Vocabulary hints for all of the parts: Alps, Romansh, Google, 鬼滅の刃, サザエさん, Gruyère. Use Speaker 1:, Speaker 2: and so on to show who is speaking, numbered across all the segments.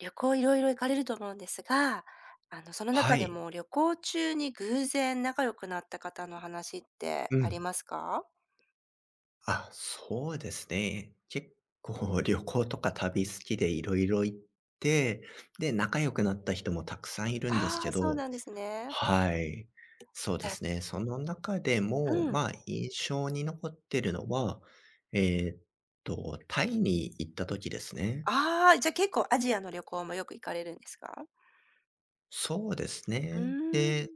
Speaker 1: 旅行いろいろ行かれると思うんですが、その
Speaker 2: は
Speaker 1: 中で
Speaker 2: い。
Speaker 1: も旅行中に偶然仲良くなった方の話って
Speaker 2: う
Speaker 1: あり
Speaker 2: ん。
Speaker 1: ますか？
Speaker 2: あ、そうですね。結構旅行とか旅好きでいろいろ行って、で、仲良くなった人もたくさんいるんです
Speaker 1: ああ
Speaker 2: け
Speaker 1: ー、そう
Speaker 2: ど、
Speaker 1: なんですね。
Speaker 2: はい。そう
Speaker 1: じ
Speaker 2: で
Speaker 1: ゃ
Speaker 2: すね。その中でも、
Speaker 1: うん。
Speaker 2: まあ、印象に残ってるのは、えーっタイに行った時ですね。
Speaker 1: ああ、じゃあ結構アジアの旅行もよく行かれるんですか？
Speaker 2: そうです
Speaker 1: う
Speaker 2: ね。
Speaker 1: ーん。
Speaker 2: で、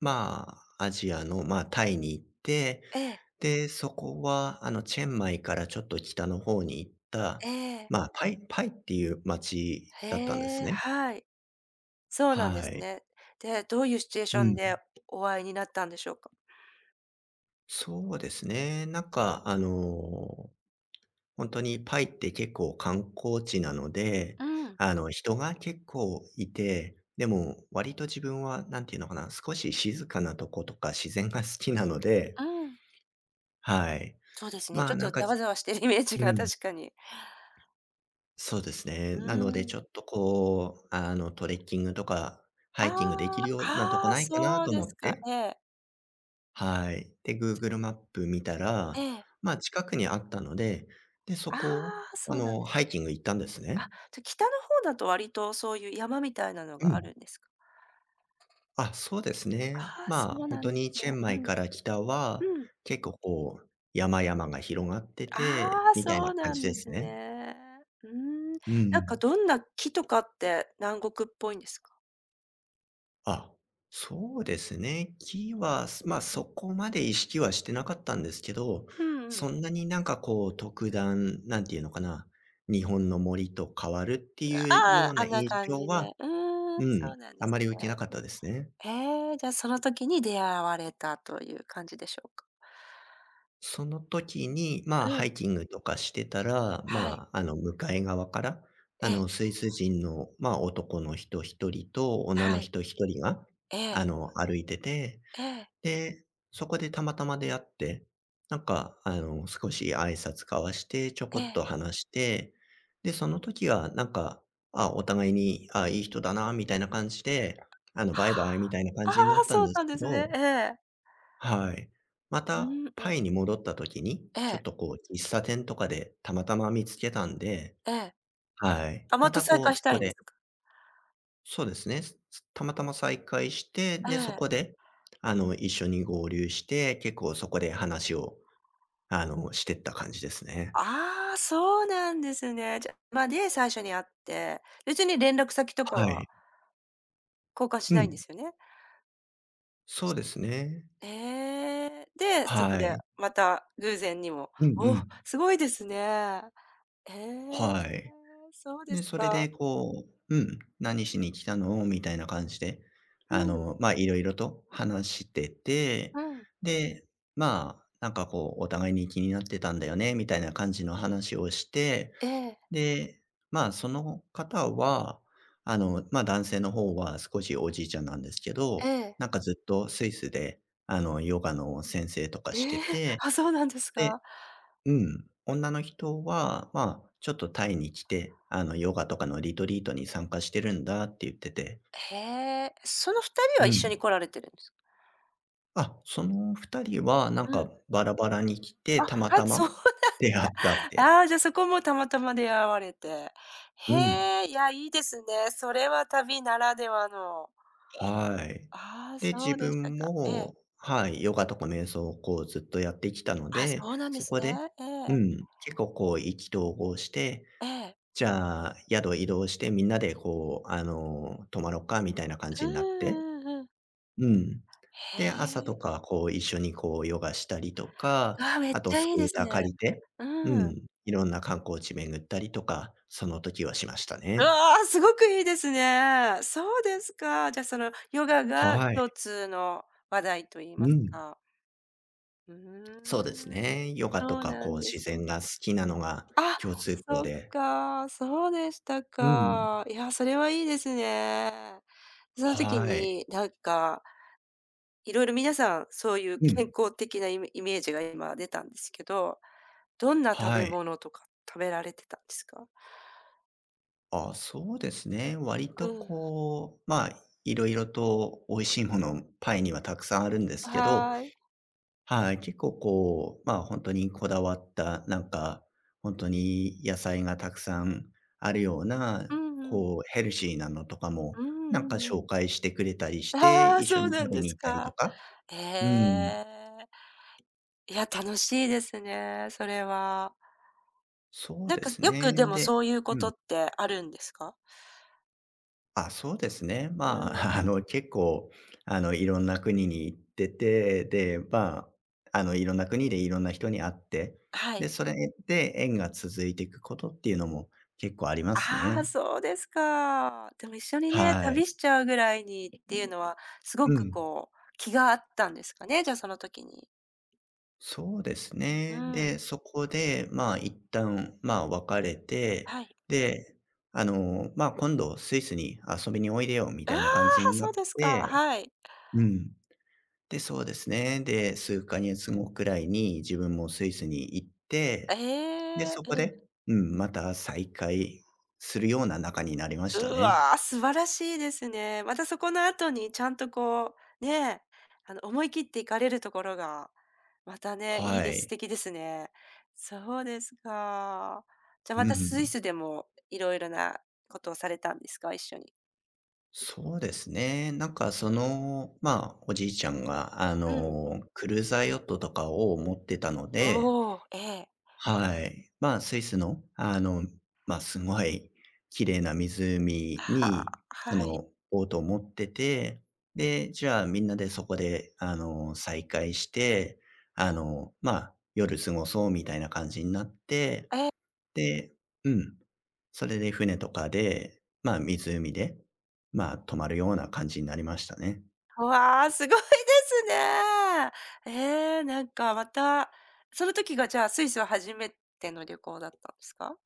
Speaker 2: まあ、アジアの、まあ、タイに行って、
Speaker 1: ええ、
Speaker 2: で、そこは、チェンマイからちょっと北の方に行った、
Speaker 1: ええ。
Speaker 2: まあ、パイっていう街だったんで
Speaker 1: へ
Speaker 2: す
Speaker 1: え、
Speaker 2: ね。
Speaker 1: はい。そうなんで
Speaker 2: は
Speaker 1: す
Speaker 2: い。
Speaker 1: ね。で、どういうシチュエーシ
Speaker 2: う
Speaker 1: ョン
Speaker 2: ん。
Speaker 1: でお会いになったんでしょうか？
Speaker 2: そうですね。なんか、本当にパイって結構観光地なので、
Speaker 1: うん、
Speaker 2: 人が結構いて、でも割と自分はなんていうのかな、少し静かなとことか自然が好きなので、
Speaker 1: うん。
Speaker 2: はい。
Speaker 1: そうですね、
Speaker 2: ま
Speaker 1: ちょ
Speaker 2: あ、
Speaker 1: っ
Speaker 2: な
Speaker 1: と
Speaker 2: んか、
Speaker 1: ざわざわしてるイメージ
Speaker 2: う
Speaker 1: が
Speaker 2: ん。
Speaker 1: 確かに。
Speaker 2: そうですね。
Speaker 1: う
Speaker 2: なので
Speaker 1: ーん。
Speaker 2: ちょっとこう、トレッキングとかハ
Speaker 1: あ
Speaker 2: イキングできるよう
Speaker 1: あ、
Speaker 2: なとこ
Speaker 1: ああ、
Speaker 2: ないかな
Speaker 1: そう
Speaker 2: と
Speaker 1: で
Speaker 2: 思っ
Speaker 1: すか。
Speaker 2: て、
Speaker 1: ええ、
Speaker 2: はい。で、Google マップ見た
Speaker 1: え
Speaker 2: ら、
Speaker 1: え。
Speaker 2: まあ、近くにあったので、で、そ
Speaker 1: あ
Speaker 2: こを、
Speaker 1: あ、そうなんです。
Speaker 2: ハイキング行ったんですね。
Speaker 1: あ、じゃ、北の方だと割とそういう山みたいなの
Speaker 2: う
Speaker 1: があ
Speaker 2: ん。
Speaker 1: るんですか？
Speaker 2: あ、そうですね。
Speaker 1: ああ、
Speaker 2: まあ、
Speaker 1: そう
Speaker 2: 本
Speaker 1: な
Speaker 2: 当
Speaker 1: んです
Speaker 2: にチェ
Speaker 1: ね。
Speaker 2: ン
Speaker 1: う
Speaker 2: マイ
Speaker 1: ん、
Speaker 2: から北は、
Speaker 1: うん。
Speaker 2: 結構こう、山々が広がってて
Speaker 1: ああ、
Speaker 2: みたい
Speaker 1: そ
Speaker 2: な
Speaker 1: う
Speaker 2: 感
Speaker 1: な
Speaker 2: じ
Speaker 1: ん
Speaker 2: で
Speaker 1: です
Speaker 2: すね。
Speaker 1: ね。うーん。
Speaker 2: う
Speaker 1: なんか
Speaker 2: ん。
Speaker 1: どんな木とかって南国っぽいんですか？
Speaker 2: あ、そうですね。木は、そこまで意識はしてなかったんですけど、
Speaker 1: うんう
Speaker 2: そ
Speaker 1: ん。
Speaker 2: んなになんかこう特段、なんていうのかな、日本の森と変わるっていうよ
Speaker 1: あ
Speaker 2: う
Speaker 1: あ、あ
Speaker 2: な
Speaker 1: んな
Speaker 2: 印
Speaker 1: 感
Speaker 2: 象
Speaker 1: じ
Speaker 2: は、
Speaker 1: で。うー
Speaker 2: う
Speaker 1: ん、そ
Speaker 2: ん、
Speaker 1: うなんで
Speaker 2: あ
Speaker 1: す
Speaker 2: まり受けな
Speaker 1: ね。
Speaker 2: かったですね。
Speaker 1: ええ、じゃ、その時に出会われたという感じでしょうか？
Speaker 2: その時に、まあ、
Speaker 1: う
Speaker 2: ハ
Speaker 1: ん、
Speaker 2: イキングとかしてたら、
Speaker 1: はい。
Speaker 2: まあ、向かい側から、
Speaker 1: ええ、
Speaker 2: スイス人の、まあ、男の人一人と女の
Speaker 1: はい。
Speaker 2: 人一人が、
Speaker 1: ええ。
Speaker 2: 歩いてて、
Speaker 1: ええ。
Speaker 2: で、そこでたまたま出会って、なんか、少し挨拶交わして、ちょこ
Speaker 1: え
Speaker 2: っと
Speaker 1: え。
Speaker 2: 話して、で、その時はなんか、あ、お互いに、あ、いい人だな、みたいな感じで、バイバイみたいな感
Speaker 1: あ
Speaker 2: じになっ
Speaker 1: あ、
Speaker 2: たん
Speaker 1: そう
Speaker 2: です
Speaker 1: なん
Speaker 2: け
Speaker 1: ですね。
Speaker 2: ど、
Speaker 1: ええ。
Speaker 2: はい。ま
Speaker 1: う
Speaker 2: た、
Speaker 1: ーん、う
Speaker 2: パ
Speaker 1: ん。
Speaker 2: イに戻った時に、
Speaker 1: え
Speaker 2: ちょっ
Speaker 1: え、
Speaker 2: とこう、喫茶店とかでたまたま見つけたんで、
Speaker 1: ええ。
Speaker 2: はい。
Speaker 1: あ、
Speaker 2: ま
Speaker 1: また
Speaker 2: た
Speaker 1: 再
Speaker 2: こう、
Speaker 1: 会
Speaker 2: そ
Speaker 1: した
Speaker 2: こ
Speaker 1: いんです
Speaker 2: で、
Speaker 1: か？
Speaker 2: そうですね。たまたま再会して、
Speaker 1: え
Speaker 2: で、そこ
Speaker 1: え。
Speaker 2: で、一緒に合流して、結構そこで話を、してった感じですね。
Speaker 1: ああ、そうなんですね。じゃ、ま、で、最初に会って、別に連絡先とか
Speaker 2: は
Speaker 1: は
Speaker 2: い。
Speaker 1: 交換
Speaker 2: う
Speaker 1: しないんで
Speaker 2: ん。
Speaker 1: すよね？
Speaker 2: そうですね。
Speaker 1: ええ、で、そこ
Speaker 2: は
Speaker 1: で
Speaker 2: い。
Speaker 1: また偶然にも。
Speaker 2: うんう
Speaker 1: お、
Speaker 2: ん。
Speaker 1: すごいですね。ええ、
Speaker 2: はい。
Speaker 1: そうで
Speaker 2: で、
Speaker 1: す
Speaker 2: それ
Speaker 1: か。
Speaker 2: でこう、うん、「何しに来たの？」みたいな感じで、
Speaker 1: うん、
Speaker 2: まあ、色々と話してて、
Speaker 1: うん。
Speaker 2: で、まあ、なんかこう、お互いに気になってたんだよねみたいな感じの話をして、
Speaker 1: ええ、
Speaker 2: で、まあ、その方は、まあ、男性の方は少しおじいちゃんなんですけ
Speaker 1: え
Speaker 2: ど、
Speaker 1: え。
Speaker 2: なんかずっとスイスで、ヨガの先生とかして
Speaker 1: ええ、
Speaker 2: て、
Speaker 1: あ、そうなんです
Speaker 2: で、
Speaker 1: か。
Speaker 2: うん、女の人は、まあ、ちょっとタイに来て、ヨガとかのリトリートに参加してるんだって言ってて、
Speaker 1: へえ、その2人
Speaker 2: う
Speaker 1: は一緒に
Speaker 2: ん。
Speaker 1: 来られてるんです
Speaker 2: あ、その2人はなん
Speaker 1: う
Speaker 2: か
Speaker 1: ん。
Speaker 2: バラバラに来て、
Speaker 1: あ、
Speaker 2: たま
Speaker 1: あ、
Speaker 2: たま
Speaker 1: そう
Speaker 2: 出会ったっ
Speaker 1: だ。
Speaker 2: て。
Speaker 1: ああ、じゃ、そこもたまたま出会われて。
Speaker 2: う
Speaker 1: へ
Speaker 2: ん。
Speaker 1: え、いや、いいですね。それは旅ならではの。
Speaker 2: はい。
Speaker 1: ああ、
Speaker 2: で、
Speaker 1: そ
Speaker 2: 自
Speaker 1: うでした
Speaker 2: 分
Speaker 1: か。ええ。
Speaker 2: も、はい、ヨガとか瞑想をこうずっとやってきたの
Speaker 1: あ、
Speaker 2: で、
Speaker 1: そうなんで
Speaker 2: そ
Speaker 1: す
Speaker 2: こで、
Speaker 1: ね。え
Speaker 2: う
Speaker 1: え。
Speaker 2: ん、結構こう意気投合して、
Speaker 1: ええ。
Speaker 2: じゃあ宿移動してみんなでこう、泊まろっかみたいな感
Speaker 1: う
Speaker 2: じ
Speaker 1: ん
Speaker 2: になって、
Speaker 1: うんうん。
Speaker 2: うん。で、
Speaker 1: へ
Speaker 2: 朝と
Speaker 1: え。
Speaker 2: かこう一緒にこうヨガしたりとか、
Speaker 1: わあ、めっ
Speaker 2: あと
Speaker 1: ちゃ
Speaker 2: ス
Speaker 1: い
Speaker 2: ク
Speaker 1: いで
Speaker 2: ー
Speaker 1: す
Speaker 2: ター
Speaker 1: ね。
Speaker 2: 借りて、う
Speaker 1: うん。
Speaker 2: ん、いろんな観光地巡ったりとか、その時はしました
Speaker 1: う
Speaker 2: ね。
Speaker 1: わあ、すごくいいですね。そうですか。じゃ、そのヨガが
Speaker 2: はい。
Speaker 1: 共通の話題と言いま
Speaker 2: う
Speaker 1: す
Speaker 2: ん。
Speaker 1: か。うー
Speaker 2: そうです
Speaker 1: ん。
Speaker 2: ね。ヨガと
Speaker 1: そう
Speaker 2: か、
Speaker 1: な
Speaker 2: こう、
Speaker 1: んで
Speaker 2: 自
Speaker 1: すね。
Speaker 2: 然が好きなのが
Speaker 1: あ、
Speaker 2: 共通項
Speaker 1: そっ
Speaker 2: で。
Speaker 1: か、そうでした
Speaker 2: うん。
Speaker 1: か。いや、それはいいですね。その時
Speaker 2: はい。
Speaker 1: に、なんか、いろいろ皆さん、そういう
Speaker 2: うん。
Speaker 1: 健康的なイメージが今出たんですけど、どんな食
Speaker 2: は
Speaker 1: べ
Speaker 2: い。
Speaker 1: 物とか食べられてたんですか？
Speaker 2: あ、そうですね。割
Speaker 1: う
Speaker 2: と
Speaker 1: ん。
Speaker 2: こう、まあ、いろいろと美味しいもの、パイにはたくさんあるんですけど、
Speaker 1: はーい。
Speaker 2: はい、結構こう、まあ、本当にこだわった、なんか、本当に野菜がたくさんあるよう
Speaker 1: う
Speaker 2: な、
Speaker 1: んうん。
Speaker 2: こう、ヘルシーなのとかも、
Speaker 1: う
Speaker 2: な
Speaker 1: ん
Speaker 2: んか
Speaker 1: うんうん。
Speaker 2: 紹介してくれたりして、
Speaker 1: ああ、
Speaker 2: 一緒
Speaker 1: そ
Speaker 2: に
Speaker 1: うなん
Speaker 2: 食べ
Speaker 1: で
Speaker 2: に
Speaker 1: す
Speaker 2: 行ったりと
Speaker 1: か。
Speaker 2: か。う
Speaker 1: え
Speaker 2: ん。
Speaker 1: え。いや、楽しいですね、それは。
Speaker 2: そう
Speaker 1: なん
Speaker 2: で
Speaker 1: か、
Speaker 2: す
Speaker 1: よ
Speaker 2: ね。
Speaker 1: くでも
Speaker 2: で、
Speaker 1: そういうこ
Speaker 2: う
Speaker 1: と
Speaker 2: ん。
Speaker 1: ってあるんですか？
Speaker 2: あ、そうですね。
Speaker 1: う
Speaker 2: ま
Speaker 1: ん。
Speaker 2: あ、結構、いろんな国に行ってて、で、まあ、いろんな国でいろんな人に会って、
Speaker 1: は
Speaker 2: で、
Speaker 1: い。
Speaker 2: それで縁が続いていくことっていうのも結構あります
Speaker 1: ああ、
Speaker 2: ね。
Speaker 1: そうですか。でも一緒にね、
Speaker 2: はい。
Speaker 1: 旅しちゃうぐらいにっていうのは、す
Speaker 2: う
Speaker 1: ごく
Speaker 2: ん。
Speaker 1: こう、気があったんですかね、じゃあその時に。
Speaker 2: そうです
Speaker 1: う
Speaker 2: ね。
Speaker 1: ん、
Speaker 2: で、そこで、まあ、一旦、まあ、別れて、
Speaker 1: はい。
Speaker 2: で、まあ、今度スイスに遊びにおいでよみ
Speaker 1: あ
Speaker 2: たいな感じ
Speaker 1: あ、
Speaker 2: になっ
Speaker 1: そうですか、
Speaker 2: て、
Speaker 1: はい。
Speaker 2: うん。で、そうですね。で、数ヶ月後くらいに自分もスイスに行っ
Speaker 1: え
Speaker 2: て、で、
Speaker 1: え、
Speaker 2: そこ
Speaker 1: うん。
Speaker 2: で、うん、また再会するような仲になりまし
Speaker 1: う
Speaker 2: たね。
Speaker 1: わ、素晴らしいですね。またそこの後にちゃんとこう、ね、思い切って行かれるところが、またね、いい
Speaker 2: は
Speaker 1: です、素
Speaker 2: い。
Speaker 1: 敵ですね。そうですか。じゃあ
Speaker 2: う
Speaker 1: またスイ
Speaker 2: ん。
Speaker 1: スでもいろいろなことをされたんですか？一緒に。
Speaker 2: そうですね。なんかその、まあ、おじいちゃんが、
Speaker 1: うん。
Speaker 2: クルーザーヨットとかを持ってたので、
Speaker 1: おお、ええ。
Speaker 2: はい。まあ、スイスの、まあ、すごい綺麗な湖
Speaker 1: はあ、
Speaker 2: に、そ
Speaker 1: はい。
Speaker 2: の、ボートを持ってて、で、じゃあ、みんなでそこで、再会して、まあ、夜過ごそうみたいな感じになって、
Speaker 1: ええ、
Speaker 2: で、うん。それで船とかで、まあ、湖で、まあ、泊まるような感じになりましたね。
Speaker 1: わあ、すごいですね。ええ、なんかまた、その時がじゃあスイスは初めての旅行だったんですか？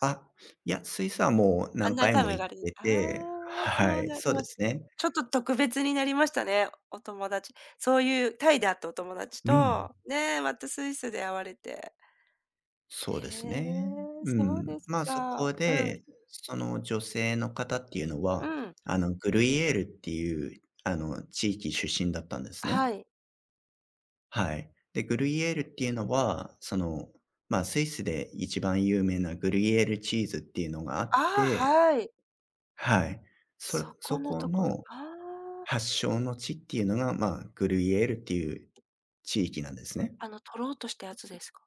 Speaker 2: あ、いや、スイスはもう
Speaker 1: あ、
Speaker 2: 何
Speaker 1: 何
Speaker 2: 回
Speaker 1: 回
Speaker 2: も
Speaker 1: も行
Speaker 2: 行っ
Speaker 1: かれて
Speaker 2: てて、
Speaker 1: ああ、
Speaker 2: は
Speaker 1: そう
Speaker 2: い、
Speaker 1: なんで
Speaker 2: そう
Speaker 1: も、
Speaker 2: ですね。
Speaker 1: ちょっと特別になりましたね、お友達。そういうタイで会ったお友達
Speaker 2: うん。
Speaker 1: と、ね、またスイスで会われて。
Speaker 2: そう
Speaker 1: へ
Speaker 2: ですね。
Speaker 1: え、
Speaker 2: う
Speaker 1: そう
Speaker 2: ん。
Speaker 1: です
Speaker 2: まあ、そ
Speaker 1: か。
Speaker 2: こ
Speaker 1: う
Speaker 2: で、
Speaker 1: ん、
Speaker 2: その女性の方っていうのは、
Speaker 1: うん。
Speaker 2: グルイエールっていう、地域出身だったんですね。
Speaker 1: はい。
Speaker 2: はい。で、グルイエールっていうのは、その、まあ、スイスで一番有名なグルイエールチーズっていうのがあっ
Speaker 1: ああ、
Speaker 2: て、
Speaker 1: はい。
Speaker 2: はい。そ
Speaker 1: そこ
Speaker 2: そ
Speaker 1: の
Speaker 2: こ
Speaker 1: ところ、
Speaker 2: の
Speaker 1: ああ。
Speaker 2: 発祥の地っていうのが、まあ、グルイエールっていう地域なんですね。
Speaker 1: あの取ろうとしたやつですか？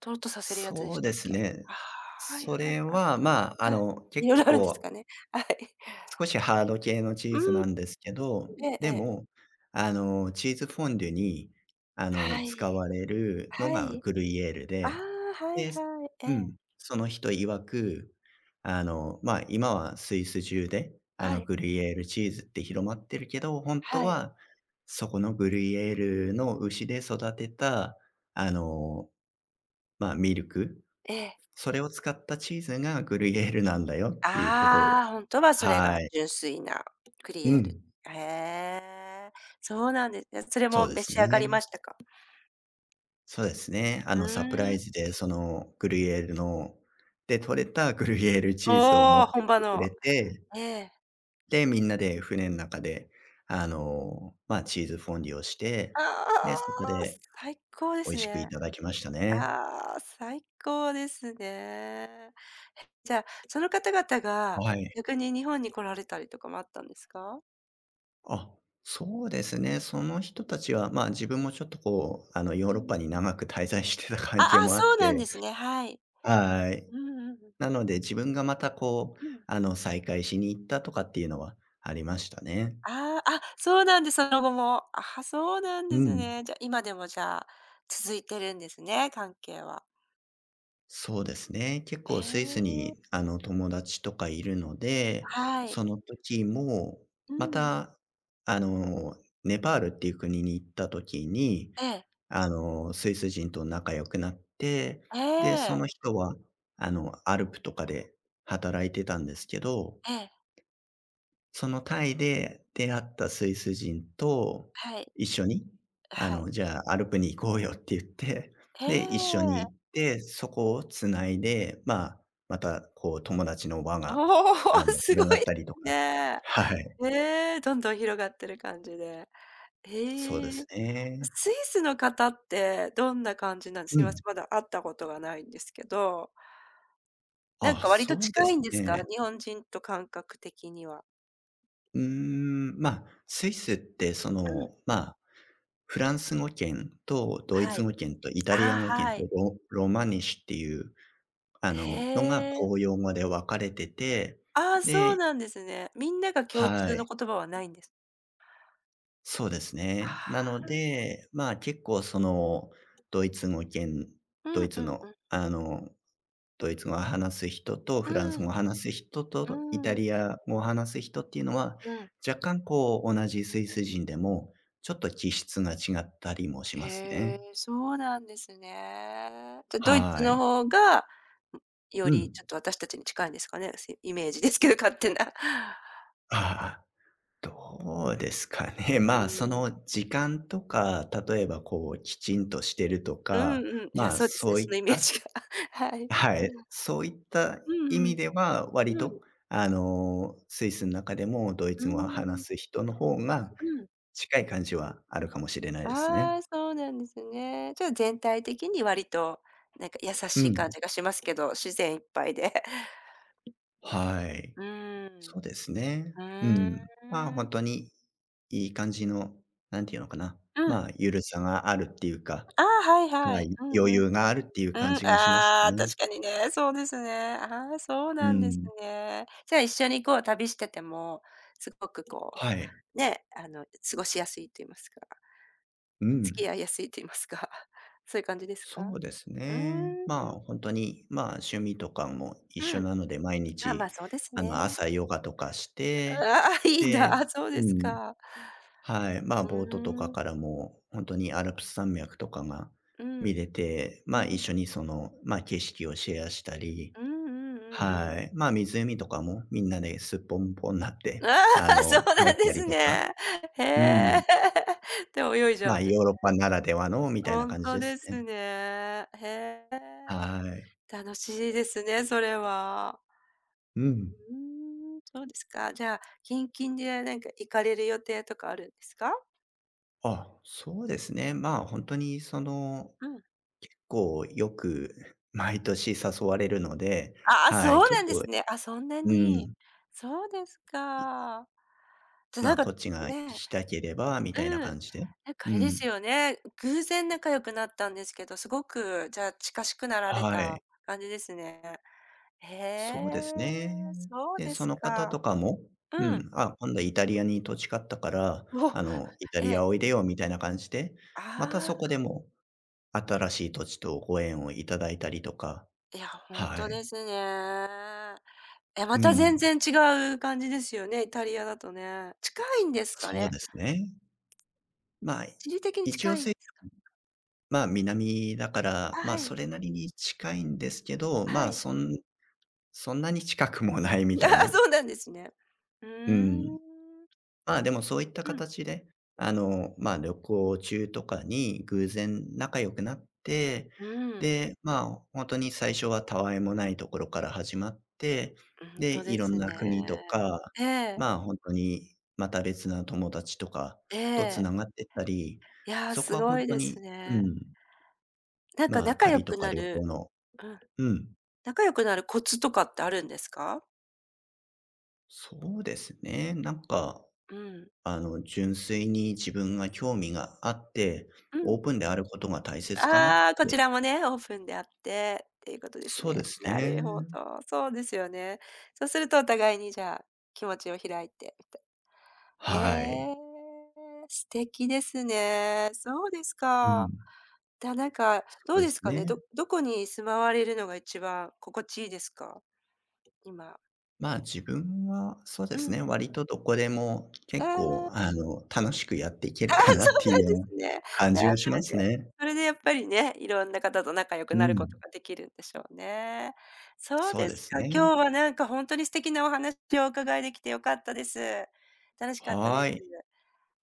Speaker 1: 取ろうとさせるやつで
Speaker 2: そう
Speaker 1: した
Speaker 2: で
Speaker 1: っ
Speaker 2: す
Speaker 1: け？
Speaker 2: ね。
Speaker 1: ああ、はい
Speaker 2: そ
Speaker 1: はい
Speaker 2: れ
Speaker 1: は
Speaker 2: は、まあ、
Speaker 1: い。はい。
Speaker 2: 結
Speaker 1: 色
Speaker 2: 構
Speaker 1: 々あるんです
Speaker 2: こ
Speaker 1: か
Speaker 2: う
Speaker 1: ね。はい。
Speaker 2: 少しハード系のチ
Speaker 1: う
Speaker 2: ーズ
Speaker 1: ーん、
Speaker 2: なんですけど、
Speaker 1: えええ
Speaker 2: で
Speaker 1: え。
Speaker 2: も、チーズフォンデュに、
Speaker 1: はい。
Speaker 2: 使われるの
Speaker 1: は
Speaker 2: が
Speaker 1: い。
Speaker 2: グルイエール
Speaker 1: あ
Speaker 2: で、
Speaker 1: あ、はい
Speaker 2: で、
Speaker 1: はい。え
Speaker 2: う
Speaker 1: え。
Speaker 2: ん、その人曰く、まあ、今はスイス中で、
Speaker 1: はい。
Speaker 2: グルイエールチーズって広まってるけど、本当
Speaker 1: はい。
Speaker 2: は、そこのグルイエールの牛で育てた、あの、まあ、ミルク、
Speaker 1: ええ。
Speaker 2: それを使ったチーズがグルイエールなんだよっていうことを、
Speaker 1: ああ、ほんとはそれが
Speaker 2: はい。
Speaker 1: 純粋なクリ
Speaker 2: う
Speaker 1: エール。
Speaker 2: ん。
Speaker 1: へえ、そうなんですね。それ
Speaker 2: そ
Speaker 1: も
Speaker 2: うで
Speaker 1: 召
Speaker 2: す
Speaker 1: し上がり
Speaker 2: ね。
Speaker 1: ましたか？
Speaker 2: そうですね。
Speaker 1: う
Speaker 2: サプラ
Speaker 1: ー
Speaker 2: イ
Speaker 1: ん。
Speaker 2: ズで、その、グリュイエールので、取れたグリュイエールチーズを持
Speaker 1: おお、
Speaker 2: って
Speaker 1: 本
Speaker 2: き
Speaker 1: 場
Speaker 2: てく
Speaker 1: の。
Speaker 2: れて、
Speaker 1: ええ。
Speaker 2: で、みんなで船の中で、チーズフォンデュをして、
Speaker 1: あ
Speaker 2: で、そこ
Speaker 1: あ、
Speaker 2: で
Speaker 1: 最高で
Speaker 2: 美味
Speaker 1: す
Speaker 2: しくい
Speaker 1: ね。
Speaker 2: ただきましたね。
Speaker 1: ああ、最高ですね。じゃあ、その方々が
Speaker 2: はい。
Speaker 1: 逆に日本に来られたりとかもあったんですか？
Speaker 2: あ、そうですね。その人たちは、自分もちょっとこう、ヨー
Speaker 1: う
Speaker 2: ロッ
Speaker 1: ん。
Speaker 2: パに長く滞在してた関係
Speaker 1: ああ、
Speaker 2: もあ
Speaker 1: そ
Speaker 2: っ
Speaker 1: うなん
Speaker 2: て、
Speaker 1: ですね、はい。
Speaker 2: はい。
Speaker 1: うんうんうん。
Speaker 2: なので、自分がまたこう、
Speaker 1: うん。
Speaker 2: 再会しに行ったとかっていうのはありましたね。
Speaker 1: ああ、あ、そうなんです、その後も。あ、そうなん
Speaker 2: う
Speaker 1: です
Speaker 2: ん。
Speaker 1: ね。じゃ、あ今でもじゃあ、続いてるんですね、関係は。
Speaker 2: そうですね。結
Speaker 1: え
Speaker 2: 構スイス
Speaker 1: え、
Speaker 2: に、友達とかいるので、
Speaker 1: は
Speaker 2: そ
Speaker 1: い。
Speaker 2: の時も、
Speaker 1: う
Speaker 2: ま
Speaker 1: ん。
Speaker 2: た、あの、ネパールっていう国に行った時に、
Speaker 1: ええ、
Speaker 2: スイス人と仲良くなって、
Speaker 1: え
Speaker 2: で、そ
Speaker 1: え、
Speaker 2: の人は、アルプとかで働いてたんですけど、
Speaker 1: ええ、
Speaker 2: そのタイで出会ったスイス人と
Speaker 1: はい、
Speaker 2: 一緒に、
Speaker 1: はい。
Speaker 2: じゃあアルプに行こうよって言って、
Speaker 1: え
Speaker 2: で、一緒に
Speaker 1: え。
Speaker 2: 行って、そこをつないで、まあ、またこう友達の輪が、
Speaker 1: おお、すご
Speaker 2: 広がっ
Speaker 1: い
Speaker 2: たりとか。
Speaker 1: ね。
Speaker 2: はい、
Speaker 1: ええ、どんどん広がってる感じで。
Speaker 2: そうで
Speaker 1: へ
Speaker 2: す
Speaker 1: え。
Speaker 2: ね。
Speaker 1: スイスの方ってどんな感じなんです？
Speaker 2: う
Speaker 1: 私ま
Speaker 2: ん。
Speaker 1: せんまだ会ったことがないんですけど、なん
Speaker 2: あ、
Speaker 1: か割と
Speaker 2: そう
Speaker 1: 近
Speaker 2: です
Speaker 1: いんですか？
Speaker 2: ね。
Speaker 1: 日本人と感覚的には。
Speaker 2: スイスって
Speaker 1: うん、
Speaker 2: フランス語圏とドイ
Speaker 1: は
Speaker 2: ツ
Speaker 1: い。
Speaker 2: 語圏とイタリ
Speaker 1: あ
Speaker 2: ア
Speaker 1: あ、
Speaker 2: 語圏と
Speaker 1: はい。
Speaker 2: ロマニシュっていうのが
Speaker 1: へえ。
Speaker 2: 公用語で分かれてて、
Speaker 1: ああ、そう
Speaker 2: で、
Speaker 1: なんですね。みんなが共
Speaker 2: は
Speaker 1: 通の
Speaker 2: い、
Speaker 1: 言葉はないんです。
Speaker 2: そうです
Speaker 1: あ
Speaker 2: ね。な
Speaker 1: あ、
Speaker 2: ので、結構ドイツ語圏
Speaker 1: う
Speaker 2: ド
Speaker 1: ん
Speaker 2: イ
Speaker 1: う
Speaker 2: ツ
Speaker 1: んう
Speaker 2: の、
Speaker 1: ん。
Speaker 2: ドイツ語を話す人と
Speaker 1: う
Speaker 2: フランス語を
Speaker 1: ん、
Speaker 2: 話す人
Speaker 1: う
Speaker 2: とイタ
Speaker 1: ん、うん。
Speaker 2: リア語を話す人っていうのは、若干こう同じスイス人でも、ちょっと気質が違ったりもし
Speaker 1: へ
Speaker 2: ますね。
Speaker 1: え、そうなんですね。じゃ、ドイツ
Speaker 2: は
Speaker 1: の
Speaker 2: い。
Speaker 1: 方が、ん、
Speaker 2: う
Speaker 1: より
Speaker 2: ん。
Speaker 1: ちょっと私たちに近いんですかね？イメージですけど、勝手な。
Speaker 2: あああ。どうですかね。
Speaker 1: う
Speaker 2: まあ、そ
Speaker 1: ん。
Speaker 2: の時間とか、例えばこうきちんとしてると
Speaker 1: うん
Speaker 2: か、
Speaker 1: うん。いや、
Speaker 2: まあ、
Speaker 1: そうですね、
Speaker 2: そうい
Speaker 1: その
Speaker 2: っ
Speaker 1: イメー
Speaker 2: た
Speaker 1: ジが。はい。
Speaker 2: はい、そういった
Speaker 1: う
Speaker 2: 意
Speaker 1: んう
Speaker 2: 味
Speaker 1: ん。
Speaker 2: では割
Speaker 1: うん。
Speaker 2: と、あの、スイスの中でもドイ
Speaker 1: う
Speaker 2: ツ
Speaker 1: ー
Speaker 2: 語を話す
Speaker 1: ん。
Speaker 2: 人の方が
Speaker 1: うん。
Speaker 2: 近い感じはあるかもしれないですね。
Speaker 1: ああ、そうなんですね。じゃあ、全体的に割と、なんか優
Speaker 2: う
Speaker 1: しい感
Speaker 2: ん。
Speaker 1: じがしますけど、自然いっぱいで。
Speaker 2: はい。
Speaker 1: う ーん。
Speaker 2: そうですね。
Speaker 1: ふ
Speaker 2: うん。まあ、
Speaker 1: ー
Speaker 2: 本
Speaker 1: ん。
Speaker 2: 当にいい感じの、なんていうのかな、
Speaker 1: う
Speaker 2: ま
Speaker 1: ん。
Speaker 2: あ、ゆるさがあるっていうか、
Speaker 1: ああ、はいは
Speaker 2: は
Speaker 1: い。
Speaker 2: い、
Speaker 1: うん
Speaker 2: 余
Speaker 1: うん。
Speaker 2: 裕があるっていう感
Speaker 1: うん、
Speaker 2: じがします
Speaker 1: ああ、
Speaker 2: ね。
Speaker 1: 確かにね、そうですね。ああ、そう
Speaker 2: う
Speaker 1: なんです
Speaker 2: ん。
Speaker 1: ね。じゃあ一緒にこう旅してても、すごくこ
Speaker 2: はい。
Speaker 1: う、ね、過ごしやすいと言いますか、
Speaker 2: う
Speaker 1: 付き
Speaker 2: ん。
Speaker 1: 合いやすいと言いますか、そういう感じです
Speaker 2: そ
Speaker 1: か？
Speaker 2: うです
Speaker 1: うー
Speaker 2: ね。ま
Speaker 1: ん、
Speaker 2: あ、本当に、まあ、趣味とかも一緒
Speaker 1: うん。
Speaker 2: なので、毎
Speaker 1: あ、ま
Speaker 2: 日、
Speaker 1: あ、そうです
Speaker 2: あの、
Speaker 1: ね。
Speaker 2: 朝ヨガとかして、
Speaker 1: ああ、いい
Speaker 2: で、
Speaker 1: な、そうで
Speaker 2: う
Speaker 1: す
Speaker 2: ん、
Speaker 1: か。
Speaker 2: はい、まあ、
Speaker 1: う
Speaker 2: ボートと
Speaker 1: ー
Speaker 2: か
Speaker 1: ん、
Speaker 2: からも、本当にアルプス山脈とかが
Speaker 1: う
Speaker 2: 見
Speaker 1: ん、
Speaker 2: れて、
Speaker 1: う
Speaker 2: まあ、一緒
Speaker 1: ん。
Speaker 2: にその、まあ、景色をシェアしたり、
Speaker 1: うんうんうんうん。
Speaker 2: はい、まあ、湖とかもみんなですっぽんぽんになって、
Speaker 1: あ
Speaker 2: あ
Speaker 1: あ、そ
Speaker 2: の、
Speaker 1: う
Speaker 2: 帰
Speaker 1: な
Speaker 2: っ
Speaker 1: ん
Speaker 2: た
Speaker 1: です
Speaker 2: りとか。
Speaker 1: ね。へ
Speaker 2: うん。
Speaker 1: え。で、泳いじ
Speaker 2: ま
Speaker 1: ゃう
Speaker 2: あ、
Speaker 1: んで
Speaker 2: ヨ
Speaker 1: す
Speaker 2: ーロッパならではのみたいな
Speaker 1: ほん
Speaker 2: 感じ
Speaker 1: と
Speaker 2: です
Speaker 1: です
Speaker 2: ね。
Speaker 1: ね。へえ、
Speaker 2: はい。
Speaker 1: 楽しいですね、それは。
Speaker 2: うん。
Speaker 1: うーん、そうですか。じゃあ、近々でなんか行かれる予定とかあるんですか？
Speaker 2: あ、そうですね。まあ、本当にその、
Speaker 1: うん。
Speaker 2: こう、よく毎年誘われるので、
Speaker 1: ああ、
Speaker 2: はい、
Speaker 1: そう
Speaker 2: 結
Speaker 1: なんで
Speaker 2: 構
Speaker 1: すね。あ、そんな
Speaker 2: う
Speaker 1: に。
Speaker 2: ん、
Speaker 1: そうです
Speaker 2: い、
Speaker 1: か。じゃ、
Speaker 2: ま
Speaker 1: なん
Speaker 2: あ、こ
Speaker 1: か
Speaker 2: っちが行
Speaker 1: ね、
Speaker 2: きたければみたいな
Speaker 1: うん。
Speaker 2: 感じで。
Speaker 1: なんかあ
Speaker 2: う
Speaker 1: れです
Speaker 2: ん。
Speaker 1: よね、偶然仲良くなったんですけど、すごくじゃあ近しくなられ
Speaker 2: は
Speaker 1: た
Speaker 2: い。
Speaker 1: 感じですね。へ
Speaker 2: そ
Speaker 1: え、
Speaker 2: うですね。
Speaker 1: そう
Speaker 2: で、
Speaker 1: で
Speaker 2: そ
Speaker 1: す
Speaker 2: の方
Speaker 1: か。
Speaker 2: とかも、う
Speaker 1: うん。
Speaker 2: ん、あ、今度イタリアに土地買ったから、
Speaker 1: お、
Speaker 2: あの、イタ
Speaker 1: え
Speaker 2: リア
Speaker 1: え。
Speaker 2: おいでよみたいな感じで、また
Speaker 1: あ
Speaker 2: そこで
Speaker 1: あ、
Speaker 2: も新しい土地とご縁をいただいたりとか、
Speaker 1: いや、ほん
Speaker 2: は
Speaker 1: と
Speaker 2: い。
Speaker 1: ですね。え、
Speaker 2: う
Speaker 1: また全
Speaker 2: ん。
Speaker 1: 然違う感じですよね、イタリアだとね。近いんですか
Speaker 2: そう
Speaker 1: ね？
Speaker 2: ですね。まあ、
Speaker 1: 地理的に
Speaker 2: 一
Speaker 1: 近
Speaker 2: 応
Speaker 1: いん
Speaker 2: せ
Speaker 1: ですか？
Speaker 2: まあ、南だか
Speaker 1: あ、
Speaker 2: ら、まあ、
Speaker 1: は
Speaker 2: そ
Speaker 1: い、
Speaker 2: れなりに近いんですけど、ま
Speaker 1: は
Speaker 2: あ、
Speaker 1: い。
Speaker 2: そんなに近くもないみ
Speaker 1: あ
Speaker 2: たい
Speaker 1: あ、
Speaker 2: な。
Speaker 1: そうなんですね。うー
Speaker 2: うん。
Speaker 1: ん。
Speaker 2: まあ、でもそういった
Speaker 1: うん、
Speaker 2: 形で、あの、まあ、旅行中とかに偶然仲良くなって、
Speaker 1: うん、
Speaker 2: で、まあ、本当に最初はたわいもないところから始まって、
Speaker 1: ほん
Speaker 2: で、
Speaker 1: と
Speaker 2: い
Speaker 1: で
Speaker 2: ろ
Speaker 1: す
Speaker 2: ん
Speaker 1: ね。
Speaker 2: な国とか、
Speaker 1: ええ、
Speaker 2: まあ、本当にまた別な友達とか
Speaker 1: え
Speaker 2: と
Speaker 1: え。
Speaker 2: 繋がってったり、
Speaker 1: いや、
Speaker 2: そこ
Speaker 1: す
Speaker 2: は
Speaker 1: ご
Speaker 2: 本
Speaker 1: い
Speaker 2: 当
Speaker 1: です
Speaker 2: にう
Speaker 1: ね。
Speaker 2: ん、
Speaker 1: なんか
Speaker 2: まあ、
Speaker 1: 仲良
Speaker 2: 旅と
Speaker 1: く
Speaker 2: か
Speaker 1: な
Speaker 2: 旅行
Speaker 1: る
Speaker 2: の、
Speaker 1: うん、
Speaker 2: うん、
Speaker 1: 仲良くなるコツとかってあるんですか？
Speaker 2: そうですね。なんか
Speaker 1: うん、
Speaker 2: あの、純粋に自分が興味があって、
Speaker 1: う
Speaker 2: オ
Speaker 1: ん。
Speaker 2: ープンであることが大切かなっ
Speaker 1: ああ、こち
Speaker 2: て。
Speaker 1: らもね、オープンであって、っていうことです
Speaker 2: そうで
Speaker 1: ね。
Speaker 2: す
Speaker 1: な
Speaker 2: ね。
Speaker 1: るほど、そうですよね。そうするとお互いにじゃあ、気持ちを開いてみたい
Speaker 2: は
Speaker 1: へえ、
Speaker 2: い。
Speaker 1: 素敵ですね。そうです
Speaker 2: う
Speaker 1: か。
Speaker 2: ん。
Speaker 1: じゃなんか、
Speaker 2: そ
Speaker 1: ど
Speaker 2: う
Speaker 1: う
Speaker 2: で
Speaker 1: で
Speaker 2: す
Speaker 1: すかね、
Speaker 2: ね。
Speaker 1: どこに住まわれるのが一番心地いいですか？今。
Speaker 2: まあ、自分はそうで
Speaker 1: う
Speaker 2: す
Speaker 1: ん。
Speaker 2: ね、割とどこでも
Speaker 1: あ
Speaker 2: 結
Speaker 1: あ。
Speaker 2: 構、あの、楽しくやっていけ
Speaker 1: あ
Speaker 2: る
Speaker 1: あ、
Speaker 2: かな
Speaker 1: そ
Speaker 2: って
Speaker 1: う
Speaker 2: いう
Speaker 1: なんで
Speaker 2: よう
Speaker 1: す
Speaker 2: な
Speaker 1: ね。
Speaker 2: 感
Speaker 1: い
Speaker 2: じ
Speaker 1: や、
Speaker 2: がし
Speaker 1: そ
Speaker 2: ま
Speaker 1: れ
Speaker 2: す
Speaker 1: で
Speaker 2: ね。
Speaker 1: それでやっぱりね、いろんな方と仲良く
Speaker 2: う
Speaker 1: なること
Speaker 2: ん。
Speaker 1: ができるんでしょうね。そう
Speaker 2: そう
Speaker 1: で
Speaker 2: で
Speaker 1: す
Speaker 2: す
Speaker 1: か。今日
Speaker 2: ね。
Speaker 1: はなんかほんとに素敵なお話をお伺いできて良かったです。楽しかったで
Speaker 2: は
Speaker 1: す。
Speaker 2: い。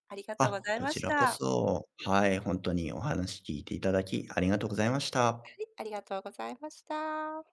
Speaker 1: ありがとうご
Speaker 2: あ、
Speaker 1: ざい
Speaker 2: こ
Speaker 1: ま
Speaker 2: ち
Speaker 1: し
Speaker 2: ら
Speaker 1: た。
Speaker 2: こ
Speaker 1: はい
Speaker 2: そ、はい、本当にお話聞いていただきありがとうございました。
Speaker 1: ありがとうございました。